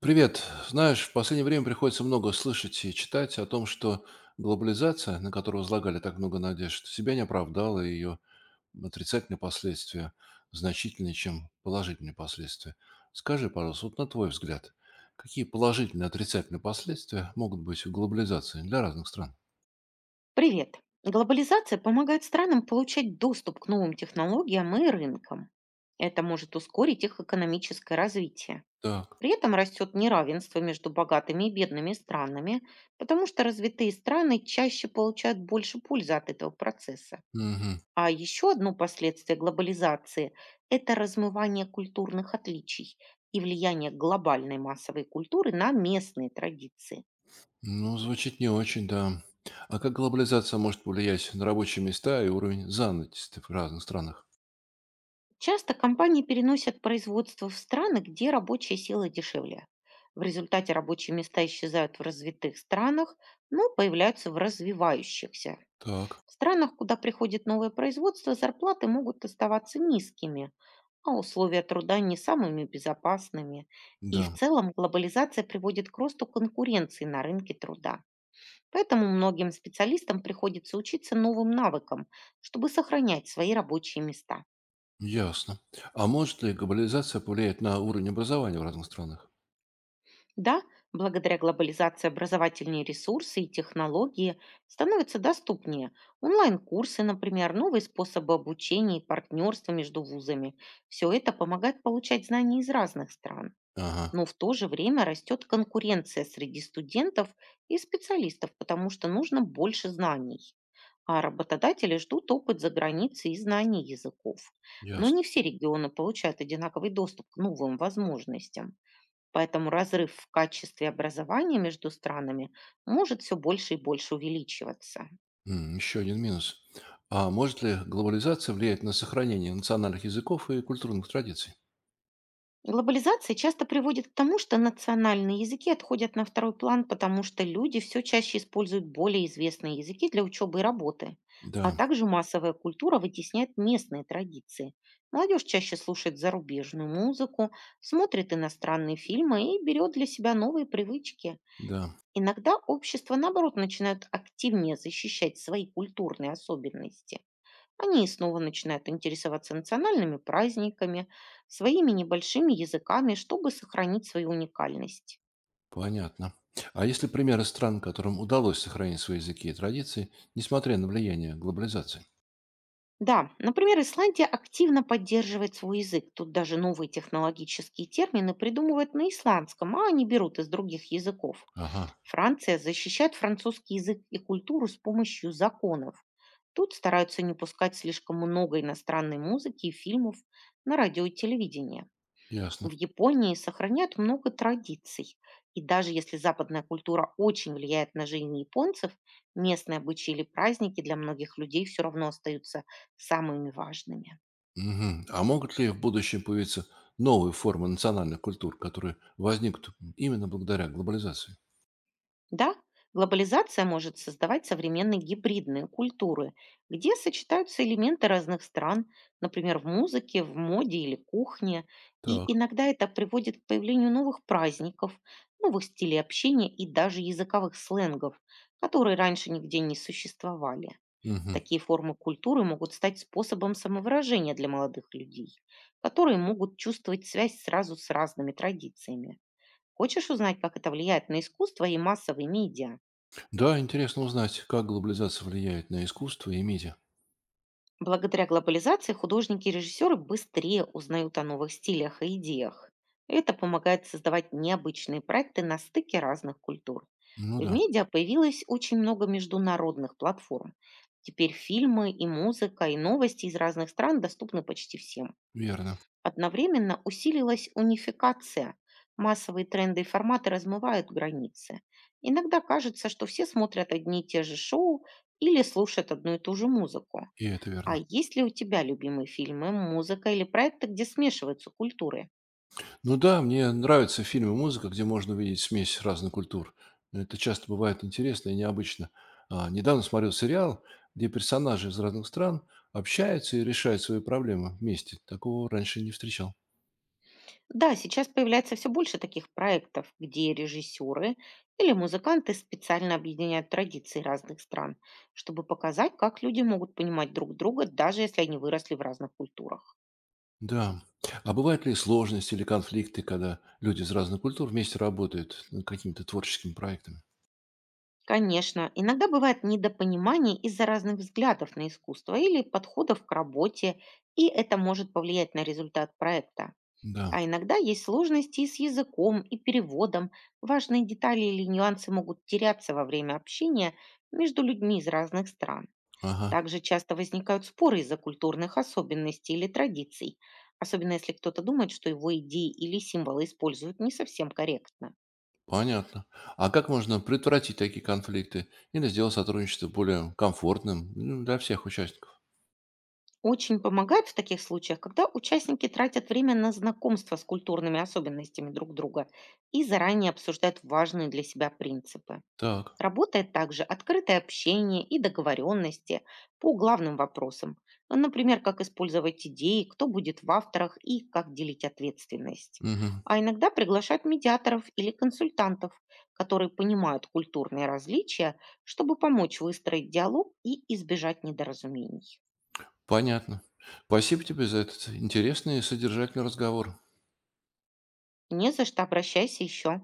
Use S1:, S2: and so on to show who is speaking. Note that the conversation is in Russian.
S1: Привет. Знаешь, в последнее время приходится много слышать и читать о том, что глобализация, на которую возлагали так много надежд, себя не оправдала, и ее отрицательные последствия значительнее, чем положительные последствия. Скажи, пожалуйста, вот на твой взгляд, какие положительные и отрицательные последствия могут быть у глобализации для разных стран?
S2: Привет! Глобализация помогает странам получать доступ к новым технологиям и рынкам. Это может ускорить их экономическое развитие.
S1: Так.
S2: При этом растет неравенство между богатыми и бедными странами, потому что развитые страны чаще получают больше пользы от этого процесса.
S1: Мгм.
S2: А еще одно последствие глобализации– это размывание культурных отличий и влияние глобальной массовой культуры на местные традиции.
S1: Ну, звучит не очень, да. А как глобализация может повлиять на рабочие места и уровень занятости в разных странах?
S2: Часто компании переносят производство в страны, где рабочая сила дешевле. В результате рабочие места исчезают в развитых странах, но появляются в развивающихся.
S1: Так.
S2: В странах, куда приходит новое производство, зарплаты могут оставаться низкими, а условия труда не самыми безопасными. И в
S1: Да.
S2: целом глобализация приводит к росту конкуренции на рынке труда. Поэтому многим специалистам приходится учиться новым навыкам, чтобы сохранять свои рабочие места.
S1: Ясно. А может ли глобализация повлиять на уровень образования в разных странах?
S2: Да, благодаря глобализации образовательные ресурсы и технологии становятся доступнее. Онлайн-курсы, например, новые способы обучения и партнерства между вузами. Все это помогает получать знания из разных стран.
S1: Ага,
S2: Но в то же время растет конкуренция среди студентов и специалистов, потому что нужно больше знаний. А работодатели ждут опыт за границей и знаний языков. Но не
S1: ясно.
S2: все регионы получают одинаковый доступ к новым возможностям. Поэтому разрыв в качестве образования между странами может все больше и больше увеличиваться.
S1: Еще один минус. А может ли глобализация влиять на сохранение национальных языков и культурных традиций?
S2: Глобализация часто приводит к тому, что национальные языки отходят на второй план, потому что люди все чаще используют более известные языки для учебы и работы. А
S1: Да,
S2: также массовая культура вытесняет местные традиции. Молодежь чаще слушает зарубежную музыку, смотрит иностранные фильмы и берет для себя новые привычки.
S1: да,
S2: Иногда общество, наоборот, начинают активнее защищать свои культурные особенности. Они снова начинают интересоваться национальными праздниками, своими небольшими языками, чтобы сохранить свою уникальность.
S1: понятно. А есть ли примеры стран, которым удалось сохранить свои языки и традиции, несмотря на влияние глобализации?
S2: Да, например, Исландия активно поддерживает свой язык. Тут даже новые технологические термины придумывают на исландском, а они берут из других языков.
S1: Ага,
S2: Франция защищает французский язык и культуру с помощью законов. Тут стараются не пускать слишком много иностранной музыки и фильмов на радио и телевидении. В
S1: ясно.
S2: Японии сохраняют много традиций. И даже если западная культура очень влияет на жизнь японцев, местные обычаи или праздники для многих людей все равно остаются самыми важными.
S1: Мгм. А могут ли в будущем появиться новые формы национальных культур, которые возникнут именно благодаря глобализации?
S2: Да, глобализация может создавать современные гибридные культуры, где сочетаются элементы разных стран, например, в музыке, в моде или кухне.
S1: Так.
S2: И иногда это приводит к появлению новых праздников, новых стилей общения и даже языковых сленгов, которые раньше нигде не существовали.
S1: Мгм.
S2: Такие формы культуры могут стать способом самовыражения для молодых людей, которые могут чувствовать связь сразу с разными традициями. Хочешь узнать, как это влияет на искусство и массовые медиа?
S1: Да, интересно узнать, как глобализация влияет на искусство и медиа.
S2: Благодаря глобализации художники и режиссеры быстрее узнают о новых стилях и идеях. Это помогает создавать необычные проекты на стыке разных культур.
S1: Ну
S2: В
S1: да,
S2: медиа появилось очень много международных платформ. Теперь фильмы и музыка, и новости из разных стран доступны почти всем.
S1: верно.
S2: Одновременно усилилась унификация. Массовые тренды и форматы размывают границы. Иногда кажется, что все смотрят одни и те же шоу или слушают одну и ту же музыку.
S1: И это
S2: А
S1: верно.
S2: есть ли у тебя любимые фильмы, музыка или проекты, где смешиваются культуры?
S1: Ну да, мне нравятся фильмы и музыка, где можно увидеть смесь разных культур. Это часто бывает интересно и необычно. А, недавно смотрел сериал, где персонажи из разных стран общаются и решают свои проблемы вместе. Такого раньше не встречал.
S2: Да, сейчас появляется все больше таких проектов, где режиссеры или музыканты специально объединяют традиции разных стран, чтобы показать, как люди могут понимать друг друга, даже если они выросли в разных культурах.
S1: Да. А бывают ли сложности или конфликты, когда люди из разных культур вместе работают над какими-то творческими проектами?
S2: Конечно, иногда бывает недопонимание из-за разных взглядов на искусство или подходов к работе, и это может повлиять на результат проекта.
S1: Да.
S2: А иногда есть сложности и с языком, и переводом. Важные детали или нюансы могут теряться во время общения между людьми из разных стран.
S1: Ага.
S2: Также часто возникают споры из-за культурных особенностей или традиций, особенно если кто-то думает, что его идеи или символы используют не совсем корректно.
S1: Понятно. А как можно предотвратить такие конфликты или сделать сотрудничество более комфортным, ну, для всех участников?
S2: Очень помогает в таких случаях, когда участники тратят время на знакомство с культурными особенностями друг друга и заранее обсуждают важные для себя принципы.
S1: Так,
S2: Работает также открытое общение и договоренности по главным вопросам, а, например, как использовать идеи, кто будет в авторах и как делить ответственность.
S1: мгм,
S2: А иногда приглашают медиаторов или консультантов, которые понимают культурные различия, чтобы помочь выстроить диалог и избежать недоразумений.
S1: понятно. Спасибо тебе за этот интересный и содержательный разговор.
S2: Не за что, обращайся еще.